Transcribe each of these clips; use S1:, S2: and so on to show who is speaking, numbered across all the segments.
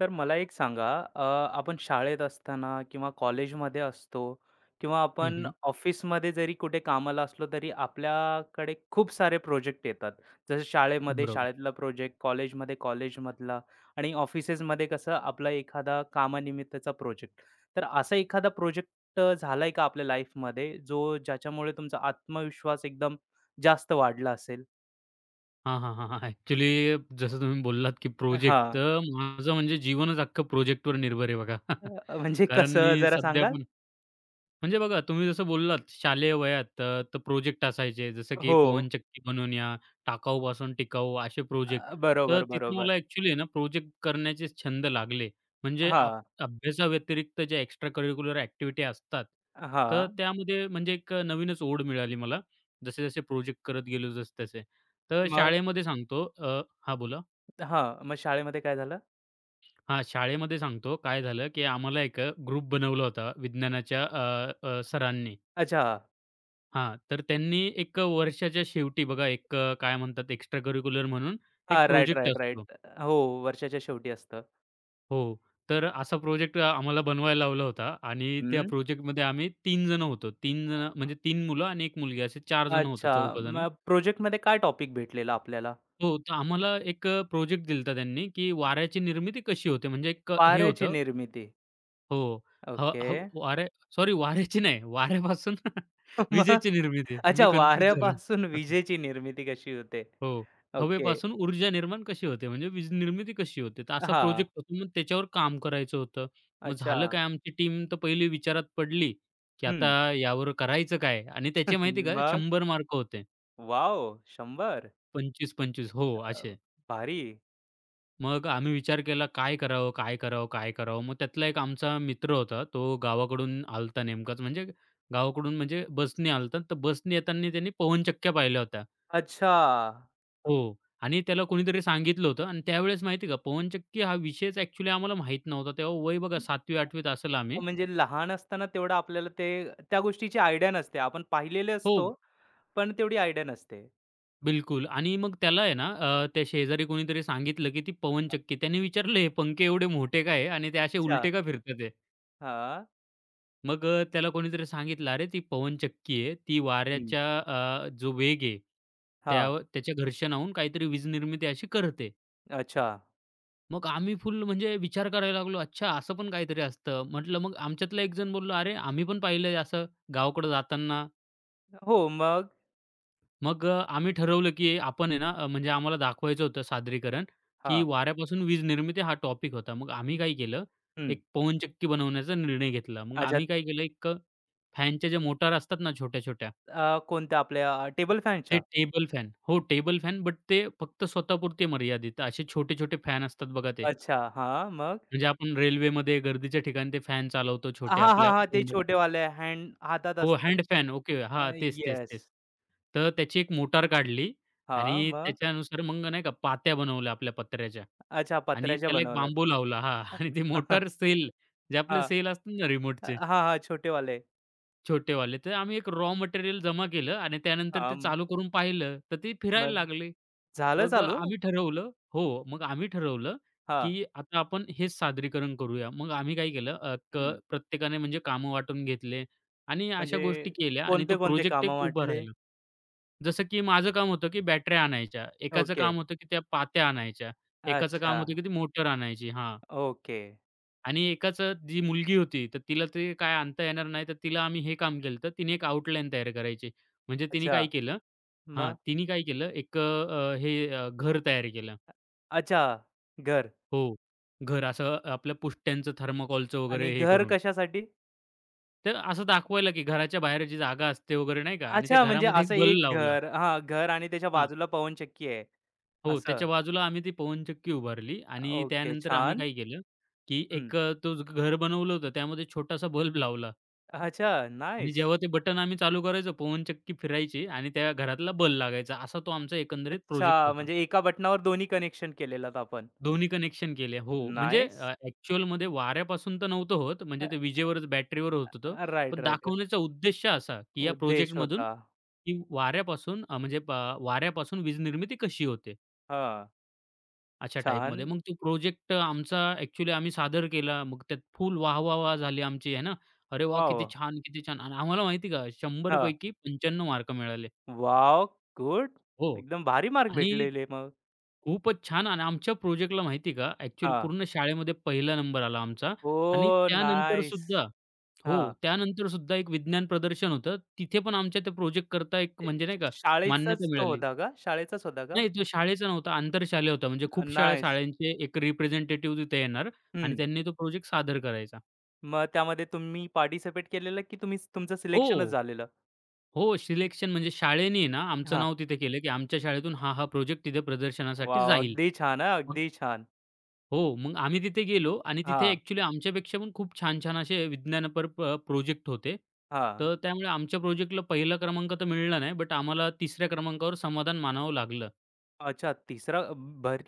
S1: तर मला एक सांगा, अ, आपण शाळेत असताना किंवा कॉलेजमध्ये असतो किंवा
S2: हं,
S1: आपण
S2: हं.
S1: ऑफिसमध्ये जरी कुठे कामाला असलो, तरी आपल्याकडे खूप सारे प्रोजेक्ट येतात. जसं शाळेमध्ये
S2: बरोबर.
S1: शाळेतला प्रोजेक्ट, कॉलेजमध्ये कॉलेजमधला आणि ऑफिसेसमध्ये कसं आपला एखादा कामानिमित्तचा प्रोजेक्ट. तर असा एखादा प्रोजेक्ट झालाय का आपल्या लाईफमध्ये, जो ज्याच्यामुळे तुमचा आत्मविश्वास एकदम जास्त वाढला असेल?
S2: हां, हां, हां, हां. ॲक्चुअली जसं तुम्ही बोललात, की प्रोजेक्ट
S1: हां.
S2: तर माझं म्हणजे जीवनच अख्खं प्रोजेक्टवर निर्भर आहे बघा.
S1: म्हणजे
S2: कारण मी
S1: कसं जरा
S2: सध्या
S1: सांगाल?
S2: पण म्हणजे बघा, तुम्ही जसं बोललात शालेय वयात तर प्रोजेक्ट असायचे जसं की
S1: हो.
S2: पवनचक्की बनवून या, टाकाऊपासून टिकाऊ असे प्रोजेक्ट.
S1: अ,
S2: तर
S1: बरोबर,
S2: तिथे
S1: बरोबर.
S2: मला ॲक्चुअली आहे ना प्रोजेक्ट करण्याचे छंद लागले. म्हणजे
S1: हां,
S2: अभ्यासाव्यतिरिक्त ज्या एक्स्ट्रा करिक्युलर ॲक्टिव्हिटी असतात,
S1: हां.
S2: तर त्यामध्ये म्हणजे एक नवीनच ओढ मिळाली मला. जसे-जसे प्रोजेक्ट करत गेलो जसे-तसे. तर
S1: मग
S2: शाळेमध्ये सांगतो हां, बोला.
S1: हां, मग शाळेमध्ये काय झालं?
S2: हां, शाळेमध्ये सांगतो काय झालं, की आम्हाला एक ग्रुप बनवला होता विज्ञानाच्या अ, अ, सरांनी.
S1: अच्छा,
S2: हां, तर त्यांनी एक वर्षाच्या शेवटी बघा एक काय म्हणतात एक्स्ट्रा करिक्युलर म्हणून
S1: हां,
S2: एक
S1: राइट,
S2: प्रोजेक्ट
S1: राइट,
S2: असतो.
S1: राइट. हो, वर्षाच्या शेवटी असतं.
S2: हो, तर असा प्रोजेक्ट आम्हाला बनवायला लावला होता आणि त्या
S1: हं,
S2: प्रोजेक्टमध्ये आम्ही 3 जण होतो. 3 जण म्हणजे 3 मुलं आणि 1 मुलगी असे 4 जण होतो,
S1: अच्छा.
S2: 4 जण.
S1: मग प्रोजेक्टमध्ये काय टॉपिक भेटलेला आपल्याला?
S2: हो, तर आम्हाला एक प्रोजेक्ट दिला त्यांनी, की वाऱ्याची निर्मिती कशी होते, म्हणजे एक हे
S1: वाऱ्याची
S2: होतं
S1: निर्मिती.
S2: हो, ह
S1: ओके.
S2: ह वाऱ्या सॉरी, वाऱ्याची नाही, वाऱ्यापासून
S1: मग?
S2: विजेची निर्मिती. मी
S1: अच्छा,
S2: कन्फ्यूज झालो.
S1: वाऱ्यापासून विजेची निर्मिती कशी होते?
S2: हो.
S1: ओके.
S2: हवेपासून ऊर्जा निर्माण कशी होते, म्हणजे वीज निर्मिती कशी होते. तर असा
S1: हां,
S2: प्रोजेक्ट होता. मग त्याच्यावर काम करायचं होतं. मग
S1: अच्छा.
S2: झालं काय, आमची टीम तर पहिली विचारात पडली, की आता
S1: हं.
S2: यावर करायचं काय? आणि त्याचे माहिती आहे का,
S1: मग?
S2: 100 मार्क होते.
S1: वॉव! 100.
S2: 25-25, हो,
S1: अ,
S2: असे.
S1: भारी.
S2: मग आम्ही विचार केला, काय करावं, काय करावं, काय करावं? मग त्यातला एक आमचा मित्र होता. तो गावाकडून आला होता नेमकाच, म्हणजे गावाकडून म्हणजे बसने आला, तर बसने येताना त्यांनी पवनचक्क्या पाहिल्या होत्या.
S1: अच्छा.
S2: हो. आणि त्याला कोणीतरी सांगितलं होतं आणि त्यावेळेस माहिती आहे का, पवनचक्की हा विषयच ॲक्चुअली आम्हाला माहीत नव्हता. तेव्हा वय बघा, 7वी 8वीत असेल आम्ही.
S1: म्हणजे लहान असताना तेवढं आपल्याला ते त्या गोष्टीची आयडिया नसते. आपण पाहिलेले
S2: हो,
S1: असतो, पण तेवढी आयडिया नसते.
S2: बिलकुल. आणि मग त्याला आहे ना, त्या शेजारी कोणीतरी सांगितलं, की ती पवनचक्की. त्याने विचारलं, "हे पंखे एवढे मोठे का आहे आणि ते असे
S1: अच्छा.
S2: उलटे का फिरतात आहे?"
S1: हां.
S2: मग त्याला कोणीतरी सांगितलं, "अरे, ती पवनचक्की आहे. ती
S1: हं.
S2: वाऱ्याच्या जो वेग आहे, त्या
S1: हां.
S2: त्याच्या घर्षणाहून काहीतरी वीज निर्मिती अशी करते."
S1: अच्छा.
S2: मग आम्ही फुल म्हणजे विचार करायला लागलो, अच्छा असं पण काहीतरी असतं. म्हटलं मग आमच्यातला एक जण बोलला, "अरे, आम्ही पण पाहिलंय असं गावाकडं जाताना."
S1: हो, मग?
S2: मग आम्ही ठरवलं की आपण आहे ना म्हणजे आम्हाला दाखवायचं होतं सादरीकरण, की
S1: हां.
S2: वाऱ्यापासून वीज निर्मिती हा टॉपिक होता. मग आम्ही काय केलं,
S1: हं.
S2: एक पवनचक्की बनवण्याचा निर्णय घेतला. मग
S1: अच्छा
S2: आम्ही काय केलं, एक फॅनच्या ज्या मोटार असतात ना, छोट्या-छोट्या,
S1: कोणत्या आपल्या टेबल
S2: ते
S1: फॅनच्या?
S2: टेबल फॅन, हो, टेबल फॅन, बट ते फक्त स्वतःपुरते मर्यादित. असे छोटे-छोटे फॅन असतात बघा ते.
S1: अच्छा. हां, मग?
S2: म्हणजे आपण रेल्वेमध्ये गर्दीच्या ठिकाणी ते फॅन चालवतो छोटे
S1: हां, हां,
S2: आपल्या
S1: हां. ते
S2: तोंडावर.
S1: छोटेवाले हँड हातात
S2: हो,
S1: असतात.
S2: Hand fan. ओके. हां, तेच, तेच,
S1: येस.
S2: तेच. तर त्याची एक मोटार काढली
S1: हां,
S2: आणि
S1: मग?
S2: त्याच्यानुसार मग नाही का पात्या बनवल्या आपल्या पत्र्याच्या,
S1: अच्छा
S2: आणि
S1: पत्र्याच्या
S2: त्याला एक
S1: बनवल्यात.
S2: बांबू लावला, हां. आणि ती मोटार सेल, जे
S1: अ,
S2: आपले
S1: हां.
S2: सेल असतात ना रिमोटचे
S1: हां, हां, छोटेवाले.
S2: छोटेवाले, तर आम्ही एक रॉ मटेरियल जमा केलं आणि त्यानंतर ते चालू
S1: हां,
S2: करून पाहिलं, तर ते फिरायला
S1: मग
S2: लागले.
S1: झालं
S2: मग
S1: चालू?
S2: आम्ही ठरवलं, हो, मग आम्ही ठरवलं,
S1: हां.
S2: की आता आपण हेच सादरीकरण करूया. मग आम्ही काय केलं, अ, क
S1: हं.
S2: प्रत्येकाने म्हणजे कामं वाटून घेतले आणि अशा
S1: म्हणजे
S2: गोष्टी केल्या आणि तो
S1: कोणते कोणते
S2: प्रोजेक्ट एक
S1: कामं
S2: उभा
S1: वाटले?
S2: राहिला. जसं की माझं काम होतं, की बॅटऱ्या आणायच्या, एकाचं
S1: ओके.
S2: काम होतं, की त्या पात्या आणायच्या, एकाचं काम
S1: अच्छा.
S2: होतं, की ती मोटर आणायची, हां.
S1: ओके.
S2: आणि एकाचं, जी मुलगी होती, तर तिला ते काय आणता येणार नाही, तर तिला आम्ही हे काम केलं, तर तिने एक आउटलाईन तयार करायची. म्हणजे तिने
S1: अच्छा.
S2: काय केलं हां,
S1: मग?
S2: तिने काय केलं, एक घर तयार केलं.
S1: अच्छा. घर
S2: हो. घर असं आपल्या पुष्ट्यांचं, थर्माकोलचं
S1: आणि
S2: वगैरे हे
S1: घर
S2: करून.
S1: कशासाठी?
S2: तर असं दाखवायला की घराच्या बाहेर जी जागा असते वगैरे नाही का, आणि त्या
S1: अच्छा, म्हणजे
S2: घरामध्ये
S1: असं
S2: एक बल
S1: एक
S2: लावला.
S1: घर हां, घर आणि त्याच्या
S2: हां.
S1: बाजूला पवनचक्की आहे
S2: हो,
S1: असं.
S2: त्याच्या बाजूला आम्ही ती पवनचक्की उभारली आणि
S1: ओके.
S2: त्यानंतर आम्ही
S1: छान.
S2: काय केलं, की
S1: हं.
S2: एक तो जो घर बनवलं होतं त्यामध्ये छोटासा बल्ब लावला,
S1: अच्छा.
S2: आणि
S1: नाईस.
S2: जेव्हा ते बटन आम्ही चालू करायचो, पवनचक्की फिरायची आणि त्या घरातला बल्ब लागायचा. असा तो आमचा एकंदरीत प्रोजेक्ट
S1: अच्छा,
S2: होता.
S1: म्हणजे एका बटणावर दोन्ही कनेक्शन केलेलात आपण.
S2: दोन्ही कनेक्शन केले. हो, म्हणजे
S1: नाईस.
S2: ॲक्चुअलमध्ये वाऱ्यापासून तर नव्हतं होत, म्हणजे ते विजेवरच बॅटरीवर होत होतं.
S1: राइट,
S2: पण
S1: राइट.
S2: दाखवण्याचा उद्देश असा, की या
S1: उद्देश
S2: प्रोजेक्टमधून,
S1: होता.
S2: की वाऱ्यापासून म्हणजे वाऱ्यापासून वीज निर्मिती कशी होते,
S1: हां.
S2: अशा टाईपमध्ये.
S1: छान.
S2: मग तो प्रोजेक्ट आमचा ॲक्चुअली आम्ही सादर केला. मग त्यात फुल वाह, वाह, वाह झाली आमची आहे ना. अरे वाह!
S1: वॉव!
S2: किती छान, किती छान. आणि आम्हाला माहिती का, 100
S1: हां.
S2: पैकी 95 मार्क मिळाले.
S1: Wow good.
S2: हो.
S1: एकदम भारी मार्क
S2: आणि
S1: भेटलेले मग.
S2: खूपच छान आणि आमच्या प्रोजेक्टला माहिती आहे का, ॲक्चुअली
S1: हां.
S2: पूर्ण शाळेमध्ये पहिला नंबर आला आमचा, आणि
S1: ओह!
S2: त्यानंतर
S1: नाईस.
S2: सुद्धा,
S1: हां.
S2: हो, त्यानंतर सुद्धा एक विज्ञान प्रदर्शन होतं. तिथे पण आमच्या त्या प्रोजेक्ट करता एक
S1: ते
S2: म्हणजे नाही का
S1: शाळेचाच
S2: मान्यता
S1: तो
S2: मिळाली.
S1: होता का? शाळेचाच होता का?
S2: नाही, तो शाळेचा नव्हता, आंतरशालेय होता. म्हणजे खूप शाळा
S1: नाईस.
S2: शाळांचे एक रिप्रेझेंटेटिव्ह तिथे येणार आणि
S1: हं.
S2: त्यांनी तो प्रोजेक्ट सादर करायचा.
S1: मग त्यामध्ये तुम्ही पार्टिसिपेट केलेलं की तुम्ही तुमचं
S2: हो.
S1: सिलेक्शनच झालेलं?
S2: हो, सिलेक्शन म्हणजे शाळेने ना आमचं
S1: हां.
S2: नाव तिथे केलं, की आमच्या शाळेतून हा, हा प्रोजेक्ट तिथे प्रदर्शनासाठी
S1: वॉव!
S2: जाईल.
S1: अगदी छान हां,
S2: मग,
S1: अगदी छान.
S2: हो, मग आम्ही तिथे गेलो आणि तिथे
S1: हां,
S2: ॲक्चुअली आमच्यापेक्षा पण खूप छान-छान असे विज्ञानपर प्रोजेक्ट होते.
S1: हां.
S2: तर त्यामुळे आमच्या प्रोजेक्टला पहिला क्रमांक तर मिळाला नाही, बट आम्हाला तिसऱ्या क्रमांकावर समाधान मानावं लागलं.
S1: अच्छा, 3रा भर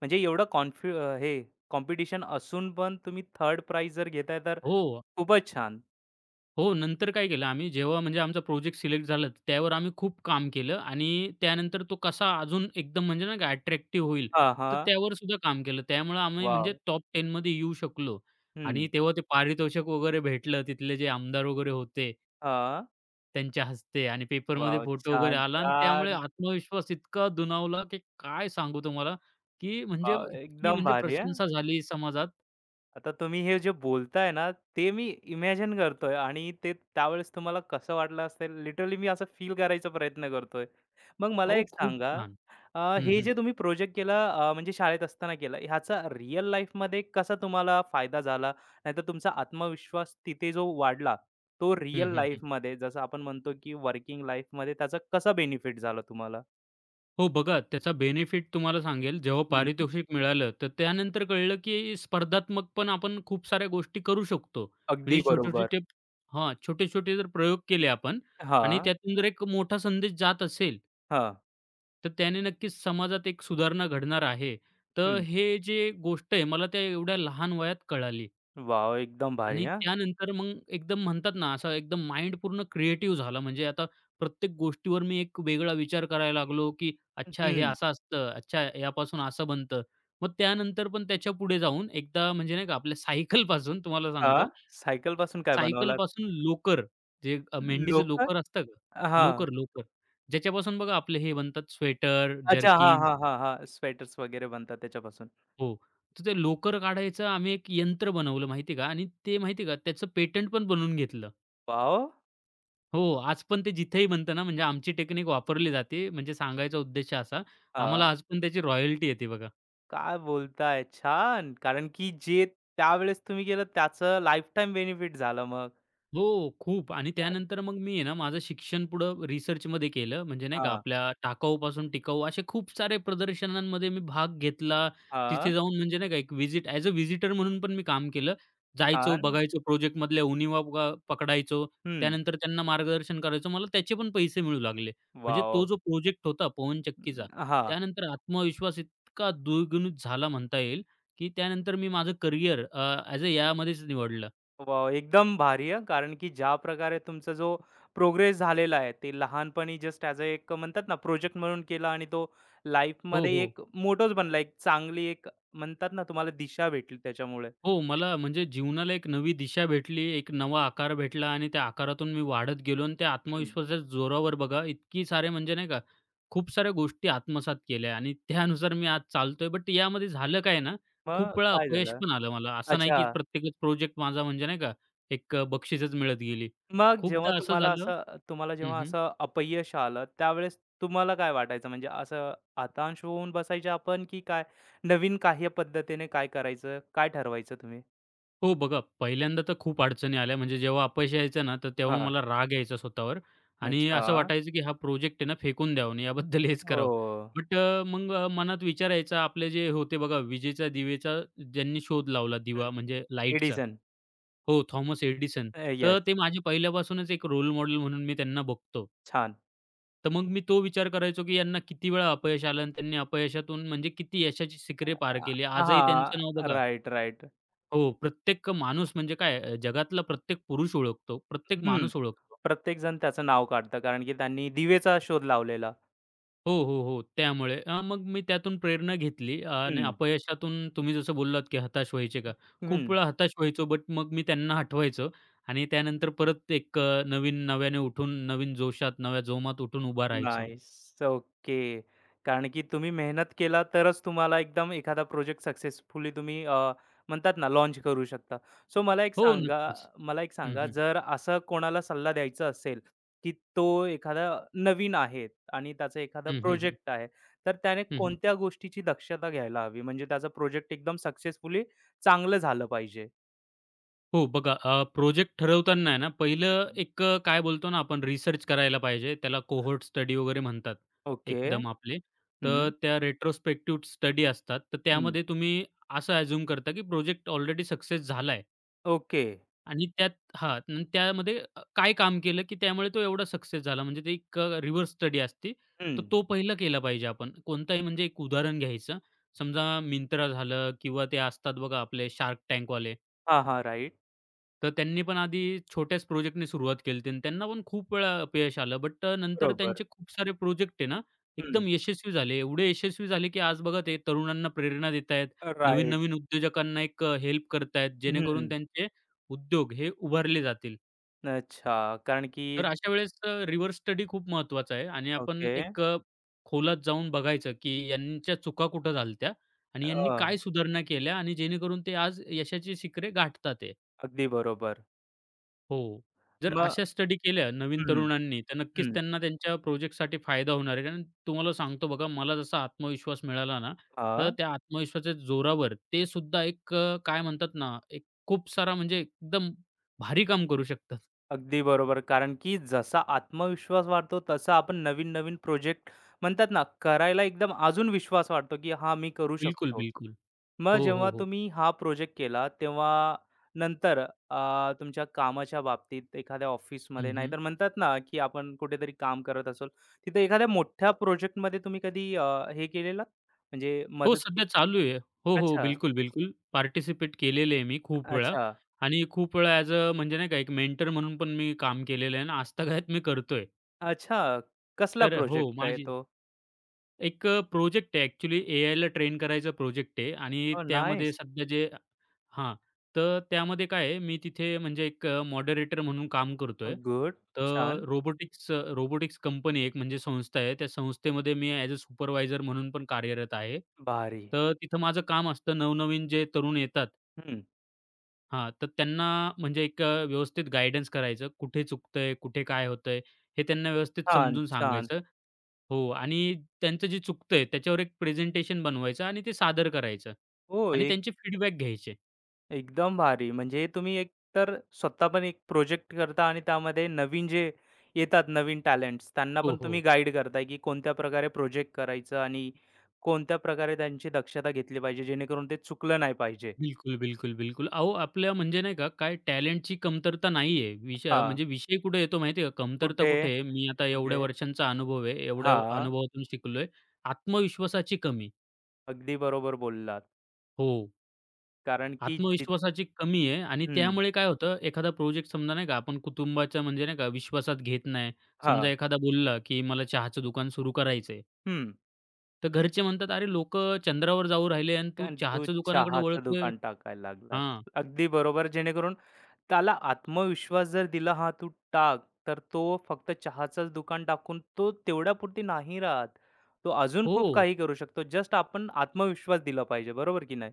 S1: म्हणजे एवढं कॉन्फि हे कॉम्पिटिशन असून पण तुम्ही 3rd प्राइज जर घेताय तर
S2: हो,
S1: खूपच छान.
S2: हो. नंतर काय केलं आम्ही, जेव्हा म्हणजे आमचा प्रोजेक्ट सिलेक्ट झाला, त्यावर आम्ही खूप काम केलं आणि त्यानंतर तो कसा अजून एकदम म्हणजे नाही अट्रॅक्टिव्ह होईल,
S1: हां,
S2: तर
S1: हां.
S2: त्यावर सुद्धा काम केलं. त्यामुळे आम्ही म्हणजे
S1: वॉव!
S2: टॉप 10 मध्ये येऊ शकलो आणि
S1: हं.
S2: तेव्हा ते पारितोषिक वगैरे भेटलं. तिथले जे आमदार वगैरे होते,
S1: हां.
S2: त्यांच्या हस्ते, आणि पेपरमध्ये
S1: वाव
S2: फोटो वगैरे
S1: छान,
S2: आला, आणि त्यामुळे
S1: छान.
S2: आत्मविश्वास इतका दुणावला, की काय सांगू तुम्हाला, की म्हणजे
S1: वॉव!
S2: इतकी
S1: एकदम
S2: म्हणजे
S1: भारी हां.
S2: प्रशंसा झाली समाजात.
S1: आता तुम्ही हे जे बोलताय ना, ते मी इमॅजिन करतोय आणि ते त्यावेळेस तुम्हाला कसं वाटलं असेल, लिटरली मी असं फील करायचा प्रयत्न करतोय. मग मला
S2: अहो,
S1: एक
S2: खूप
S1: सांगा,
S2: छान. हं,
S1: हे
S2: हं.
S1: जे तुम्ही प्रोजेक्ट केलं म्हणजे शाळेत असताना केलं, ह्याचा रिअल लाईफमध्ये कसा तुम्हाला फायदा झाला? नाहीतर तुमचा आत्मविश्वास तिथे जो वाढला, तो
S2: हं,
S1: रिअल
S2: हं, हं.
S1: लाईफमध्ये जसं आपण म्हणतो की वर्किंग लाईफमध्ये त्याचा कसा बेनिफिट झाला तुम्हाला?
S2: हो बघा, त्याचा बेनिफिट तुम्हाला सांगेल, जेव्हा
S1: हं.
S2: पारितोषिक मिळालं, तर त्यानंतर कळलं, की स्पर्धात्मक पण आपण खूप साऱ्या गोष्टी करू शकतो.
S1: अगदी
S2: म्हणजे छोटे-छोटे
S1: बरोबर.
S2: टिप हां, छोटे-छोटे जर प्रयोग केले आपण, आणि
S1: हां,
S2: त्यातून जर एक मोठा संदेश जात असेल,
S1: हां.
S2: तर त्याने नक्कीच समाजात एक सुधारणा घडणार आहे. तर
S1: हं.
S2: हे जे गोष्ट आहे, मला त्या एवढ्या लहान वयात कळाली,
S1: वॉव! एकदम भारी
S2: आणि
S1: हां.
S2: त्यानंतर मग एकदम म्हणतात ना, असा एकदम माइंड पूर्ण क्रिएटिव्ह झाला. म्हणजे आता प्रत्येक गोष्टीवर मी एक वेगळा विचार करायला लागलो, की अच्छा, हे
S1: हं.
S2: असं असतं, अच्छा, यापासून असं बनतं. मग त्यानंतर पण त्याच्या पुढे जाऊन एकदा म्हणजे नाही का, आपल्या सायकलपासून तुम्हाला
S1: हां.
S2: सांगतो,
S1: सायकलपासून काय बनवलात?
S2: सायकलपासून लोकर, जे मेंढीचं
S1: लोकर?
S2: लोकर असतं का?
S1: हां.
S2: लोकर, लोकर. ज्याच्यापासून बघा आपले हे बनतात, स्वेटर,
S1: अच्छा. हां,
S2: जर्किन्स.
S1: हां, हां, हां. स्वेटर्स वगैरे बनतात त्याच्यापासून.
S2: हो. तर ते लोकर काढायचं आम्ही एक यंत्र बनवलं, माहिती आहे का, आणि ते माहिती आहे का, त्याचं पेटंट पण बनवून घेतलं.
S1: वॉव!
S2: हो, आज पण ते जिथेही बनतं ना, म्हणजे आमची टेक्निक वापरली जाते, म्हणजे सांगायचा उद्देश असा,
S1: हां.
S2: आम्हाला आज पण त्याची रॉयल्टी येते बघा.
S1: काय बोलताय? छान. कारण की जे त्यावेळेस तुम्ही केलं त्याचं लाईफटाईम बेनिफिट झालं मग.
S2: हो, खूप. आणि त्यानंतर मग मी आहे ना, माझं शिक्षण पुढं रिसर्चमध्ये केलं. म्हणजे नाही का,
S1: हां.
S2: आपल्या टाकाऊपासून टिकाऊ असे खूप सारे प्रदर्शनांमध्ये मी भाग घेतला.
S1: हां.
S2: तिथे जाऊन म्हणजे नाही का, एक व्हिजिट ॲज अ व्हिजिटर म्हणून पण मी काम केलं. जायचो,
S1: छान.
S2: बघायचो, प्रोजेक्टमधल्या उणिवा बघा पकडायचो.
S1: हं.
S2: त्यानंतर त्यांना मार्गदर्शन करायचो. मला त्याचे पण पैसे मिळू लागले. म्हणजे तो
S1: वॉव!
S2: जो प्रोजेक्ट होता पवनचक्कीचा,
S1: हां.
S2: त्यानंतर आत्मविश्वास इतका द्विगुणित झाला म्हणता येईल, की त्यानंतर मी माझं करियर ॲज अ यामध्येच निवडलं.
S1: वॉव! एकदम भारी हां. कारण की ज्या प्रकारे तुमचा जो प्रोग्रेस झालेला आहे, ते लहानपणी जस्ट ॲज अ एक म्हणतात ना, प्रोजेक्ट म्हणून केला आणि तो
S2: हो,
S1: लाईफमध्ये
S2: हो.
S1: एक मोटोच बनला. एक चांगली एक म्हणतात ना, तुम्हाला दिशा भेटली त्याच्यामुळे.
S2: हो, मला म्हणजे जीवनाला एक नवी दिशा भेटली, एक नवा आकार भेटला आणि त्या आकारातून मी वाढत गेलो आणि त्या
S1: हं.
S2: आत्मविश्वासाच्या जोरावर बघा इतकी सारे म्हणजे नाही का, खूप साऱ्या गोष्टी आत्मसात केल्या आणि त्यानुसार मी आज चालतोय. बट यामध्ये झालं काय ना,
S1: मग
S2: खूप वेळा
S1: काय
S2: अपयश
S1: झालं?
S2: पण आलं मला. असं नाही
S1: अच्छा.
S2: की प्रत्येकच प्रोजेक्ट माझा म्हणजे नाही का, एक बक्षीसच मिळत गेली.
S1: मग जेव्हा
S2: खूपदा असं
S1: तुम्हाला
S2: झालं.
S1: असं तुम्हाला
S2: हं,
S1: जेव्हा
S2: हं.
S1: असं अपयश आलं, त्यावेळेस तुम्हाला काय वाटायचं? म्हणजे असं हताश होऊन बसायचे आपण, की काय नवीन काही पद्धतीने काय करायचं? काय ठरवायचं तुम्ही?
S2: हो बघा, पहिल्यांदा तर खूप अडचणी आल्या. म्हणजे जेव्हा अपयश यायचं ना, तर तेव्हा
S1: हां.
S2: मला राग यायचा स्वतःवर, आणि
S1: अच्छा.
S2: असं वाटायचं, की हा प्रोजेक्ट आहे ना फेकून द्यावा आणि याबद्दल हेच
S1: हो.
S2: करावं. बट मग मनात विचार यायचा, आपले जे होते बघा विजेच्या दिवेचा, ज्यांनी शोध लावला दिवा,
S1: हं.
S2: म्हणजे लाईटचा.
S1: एडिसन
S2: हो, थॉमस एडिसन. तर
S1: येस.
S2: ते माझे पहिल्यापासूनच एक रोल मॉडेल म्हणून मी त्यांना बघतो.
S1: छान.
S2: तर मग मी तो विचार करायचो, की यांना किती वेळा अपयश आलं आणि त्यांनी अपयशातून म्हणजे किती यशाची
S1: अ,
S2: शिखरे पार केली.
S1: अ,
S2: आजही त्यांचं नाव
S1: हां.
S2: बघा.
S1: Right, right.
S2: हो, प्रत्येक माणूस म्हणजे काय जगातला प्रत्येक पुरुष ओळखतो, प्रत्येक
S1: हं.
S2: माणूस ओळखतो.
S1: प्रत्येकजण त्याचं नाव काढतं कारण की त्यांनी दिवेचा शोध लावलेला.
S2: हो, हो, हो. त्यामुळे मग मी त्यातून प्रेरणा घेतली, आणि
S1: हं.
S2: अपयशातून तुम्ही जसं बोललात, की हताश व्हायचे का? खूप
S1: हं.
S2: वेळा हताश व्हायचो, बट मग मी त्यांना हटवायचो आणि त्यानंतर परत एक नवीन, नव्याने उठून, नवीन जोशात, नव्या जोमात उठून उभा राहायचो.
S1: नाईस. ओके. कारण की तुम्ही मेहनत केला तरच तुम्हाला एकदम एखादा प्रोजेक्ट सक्सेसफुली तुम्ही म्हणतात ना लॉन्च करू शकता. सो मला एक
S2: हो,
S1: सांगा
S2: नक्कीच.
S1: मला एक
S2: हं,
S1: सांगा
S2: हं.
S1: जर असा कोणाला सल्ला द्यायचा असेल, की तो एखादा नवीन आहे आणि त्याचा एखादा
S2: हं, हं, हं.
S1: प्रोजेक्ट आहे. तर त्याने
S2: हं, हं.
S1: कोणत्या गोष्टीची दक्षता घ्यायला हवी? म्हणजे त्याचा प्रोजेक्ट एकदम सक्सेसफुली चांगलं झालं पाहिजे?
S2: हो बघा, प्रोजेक्ट ठरवताना आहे ना, पहिलं
S1: हं,
S2: एक काय बोलतो ना, आपण रिसर्च करायला पाहिजे. त्याला कोहोर्ट स्टडी वगैरे म्हणतात
S1: ओके.
S2: एकदम आपले. तर
S1: हं,
S2: त्या रेट्रोस्पेक्टिव्ह स्टडी असतात. तर
S1: हं.
S2: त्यामध्ये तुम्ही असं अझ्युम करता, की प्रोजेक्ट ऑलरेडी सक्सेस झालाय,
S1: ओके.
S2: आणि त्यात, हां, आणि त्यामध्ये काय काम केलं, की त्यामुळे तो एवढा सक्सेस झाला. म्हणजे ते एक रिव्हर्स स्टडी असते.
S1: हं.
S2: तर तो पहिला केला पाहिजे आपण. कोणताही म्हणजे एक उदाहरण घ्यायचं. समजा Myntra झालं, किंवा ते असतात बघा आपले Shark,
S1: हां, हां. राइट.
S2: तर त्यांनी पण आधी छोट्याच प्रोजेक्टने सुरुवात केली होती आणि त्यांना पण खूप वेळा अपयश आलं. बट नंतर
S1: बरोबर.
S2: त्यांचे खूप सारे प्रोजेक्ट आहे ना,
S1: हं.
S2: एकदम यशस्वी झाले. एवढे यशस्वी झाले, की आज बघा ते तरुणांना प्रेरणा देत आहेत.
S1: राइट.
S2: नवीन-नवीन उद्योजकांना एक हेल्प करतायत, जेणेकरून
S1: हं.
S2: त्यांचे उद्योग हे उभारले जातील.
S1: अच्छा. कारण की
S2: तर अशा वेळेस रिव्हर्स स्टडी खूप महत्त्वाचा आहे, आणि आपण
S1: ओके.
S2: एक खोलात जाऊन बघायचं, की यांच्या चुका कुठं झाल्या आणि यांनी
S1: अ,
S2: काय सुधारणा केल्या आणि जेणेकरून ते आज यशाची शिखरे गाठतात आहे.
S1: अगदी बरोबर.
S2: हो. जर
S1: मग
S2: अशा स्टडी केल्या नवीन
S1: हं,
S2: तरुणांनी, तर नक्कीच
S1: हं.
S2: त्यांना त्यांच्या प्रोजेक्टसाठी फायदा होणार आहे. कारण तुम्हाला सांगतो बघा, मला जसा आत्मविश्वास मिळाला ना, तर
S1: हां.
S2: त्या आत्मविश्वासाच्या जोरावर ते सुद्धा एक काय म्हणतात ना, एक खूप सारा म्हणजे एकदम भारी काम करू शकतात.
S1: अगदी बरोबर. कारण की जसा आत्मविश्वास वाढतो, तसा आपण नवीन-नवीन प्रोजेक्ट म्हणतात ना, करायला एकदम अजून विश्वास वाटतो, की "हां, मी करू
S2: बिलकुल,
S1: शकतो."
S2: बिलकुल.
S1: मग
S2: हो, हो,
S1: जेव्हा
S2: हो.
S1: तुम्ही हा प्रोजेक्ट केला, तेव्हा नंतर अ, तुमच्या कामाच्या बाबतीत एखाद्या ऑफिसमध्ये
S2: हं,
S1: नाहीतर म्हणतात ना, की आपण कुठेतरी काम करत असोल, तिथे एखाद्या मोठ्या प्रोजेक्टमध्ये तुम्ही कधी हे केलेलात? म्हणजे
S2: हो,
S1: मदत के
S2: सध्या चालू आहे. हो, हो.
S1: अच्छा,
S2: बिलकुल, बिलकुल. पार्टिसिपेट केलेले आहे मी खूप वेळा,
S1: अच्छा,
S2: आणि खूप वेळा ॲज अ म्हणजे नाही का, एक मेंटर म्हणून पण मी काम केलेलं आहे आणि आजतागायत मी करतोय.
S1: अच्छा. कसला
S2: तर हो,
S1: प्रोजेक्ट आहे
S2: माझी
S1: तो?
S2: एक प्रोजेक्ट आहे, ॲक्चुअली एआयला ट्रेन करायचा प्रोजेक्ट आहे आणि
S1: ओह,
S2: त्यामध्ये
S1: नाईस.
S2: सध्या जे, हां, तर त्यामध्ये काय आहे, मी तिथे म्हणजे एक मॉडरेटर म्हणून काम करतोय.
S1: गुड.
S2: तर
S1: छान.
S2: रोबोटिक्स रोबोटिक्स कंपनी, एक म्हणजे संस्था आहे. त्या संस्थेमध्ये मी ॲज अ सुपरवायझर म्हणून पण कार्यरत आहे.
S1: भारी.
S2: तर तिथं माझं काम असतं, नवनवीन जे तरुण येतात,
S1: हं.
S2: हां, तर त्यांना म्हणजे एक व्यवस्थित गाईडन्स करायचं. कुठे चुकतंय, कुठे काय होतंय, हे त्यांना व्यवस्थित
S1: छान,
S2: समजून
S1: छान.
S2: सांगायचं. हो, आणि त्यांचं जे चुकतंय त्याच्यावर एक प्रेझेंटेशन बनवायचं आणि ते सादर करायचं
S1: हो,
S2: आणि
S1: एक
S2: त्यांचे फीडबॅक घ्यायचे.
S1: एकदम भारी. म्हणजे तुम्ही एकतर स्वतः पण एक प्रोजेक्ट करता आणि त्यामध्ये नवीन जे येतात नवीन टॅलेंट्स त्यांना
S2: हो,
S1: पण
S2: हो,
S1: तुम्ही
S2: हो.
S1: गाईड करताय, की कोणत्या प्रकारे प्रोजेक्ट करायचं आणि कोणत्या प्रकारे त्यांची दक्षता घेतली पाहिजे, जेणेकरून ते चुकलं नाही पाहिजे.
S2: बिलकुल, बिलकुल, बिलकुल. अहो, आपल्या म्हणजे नाही का, काय टॅलेंटची कमतरता नाहीये. विषय
S1: हां.
S2: म्हणजे विषय कुठे येतो माहिती का? कमतरता
S1: कुठे,
S2: कुठे आहे? मी आता एवढ्या
S1: कुठे?
S2: वर्षांचा अनुभव आहे. एवढ्या
S1: हां.
S2: अनुभवातून शिकलोय. आत्मविश्वासाची कमी.
S1: अगदी बरोबर बोललात.
S2: हो.
S1: कारण की जित
S2: आत्मविश्वासाची कमी आहे आणि
S1: हं.
S2: त्यामुळे काय होतं, एखादा प्रोजेक्ट समजा, नाही का, आपण कुटुंबाच्या म्हणजे नाही का विश्वासात घेत नाही. समजा
S1: हां.
S2: एखादा बोलला, की मला चहाचं दुकान सुरू करायचंय.
S1: हं.
S2: तर घरचे म्हणतात, "अरे, लोकं चंद्रावर जाऊ राहिले आणि तू
S1: कारण तू
S2: चहाच्या दुकानाकडे
S1: चहाचं
S2: वळतोय."
S1: दुकान टाकायला लागलास.
S2: हां.
S1: अगदी बरोबर. जेणेकरून त्याला आत्मविश्वास जर दिला हा तू टाक, तर तो फक्त चहाचंच दुकान टाकून तो तेवढ्यापुरती नाही राहत. तो अजून
S2: हो,
S1: खूप काही करू शकतो. जस्ट आपण आत्मविश्वास दिला पाहिजे, बरोबर की नाही?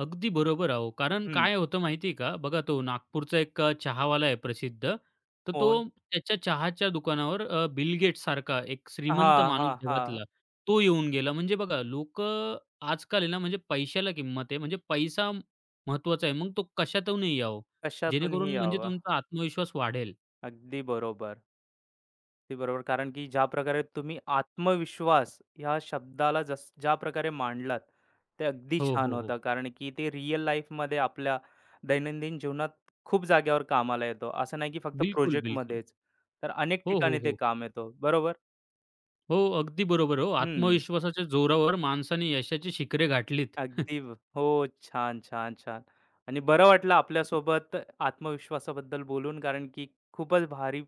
S2: अगदी बरोबर अहो. कारण
S1: हं.
S2: काय होतं माहिती आहे का? बघा, तो नागपूरचा एक चहावाला आहे प्रसिद्ध. तर तो
S1: कोण?
S2: त्याच्या चहाच्या दुकानावर बिल गेट्ससारखा एक श्रीमंत
S1: हां, हां,
S2: माणूस
S1: हां.
S2: जगातला, तो येऊन गेला. म्हणजे बघा, लोकं आजकाल आहे ना, म्हणजे पैशाला किंमत आहे. म्हणजे पैसा महत्त्वाचा आहे. मग तो कशातूनही यावो,
S1: कशातूनही
S2: जेणेकरून म्हणजे
S1: यावं.
S2: तुमचा आत्मविश्वास वाढेल.
S1: अगदी बरोबर. अगदी बरोबर. कारण की ज्या प्रकारे तुम्ही आत्मविश्वास ह्या शब्दाला ज्या प्रकारे मांडलात, ते अगदी
S2: हो,
S1: छान
S2: हो, हो.
S1: होता. कारण की ते रिअल लाईफमध्ये आपल्या दैनंदिन जीवनात खूप जाग्यावर कामाला येतो. असं नाही की फक्त
S2: बिलकुल, बिलकुल.
S1: प्रोजेक्टमध्येच. तर अनेक
S2: हो, हो,
S1: ठिकाणी ते
S2: हो.
S1: काम येतो. बरोबर?
S2: हो, अगदी बरोबर आहे हो.
S1: हं.
S2: आत्मविश्वासाच्या जोरावर माणसाने यशाची शिखरे गाठलीत.
S1: अगदी ब हो. छान, छान, छान. आणि बरं वाटलं आपल्यासोबत आत्मविश्वासाबद्दल बोलून कारण की खूपच भारी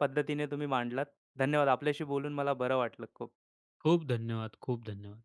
S1: पद्धतीने तुम्ही मांडलात. धन्यवाद. आपल्याशी बोलून मला बरं वाटलं खूप.
S2: खूप धन्यवाद, खूप धन्यवाद.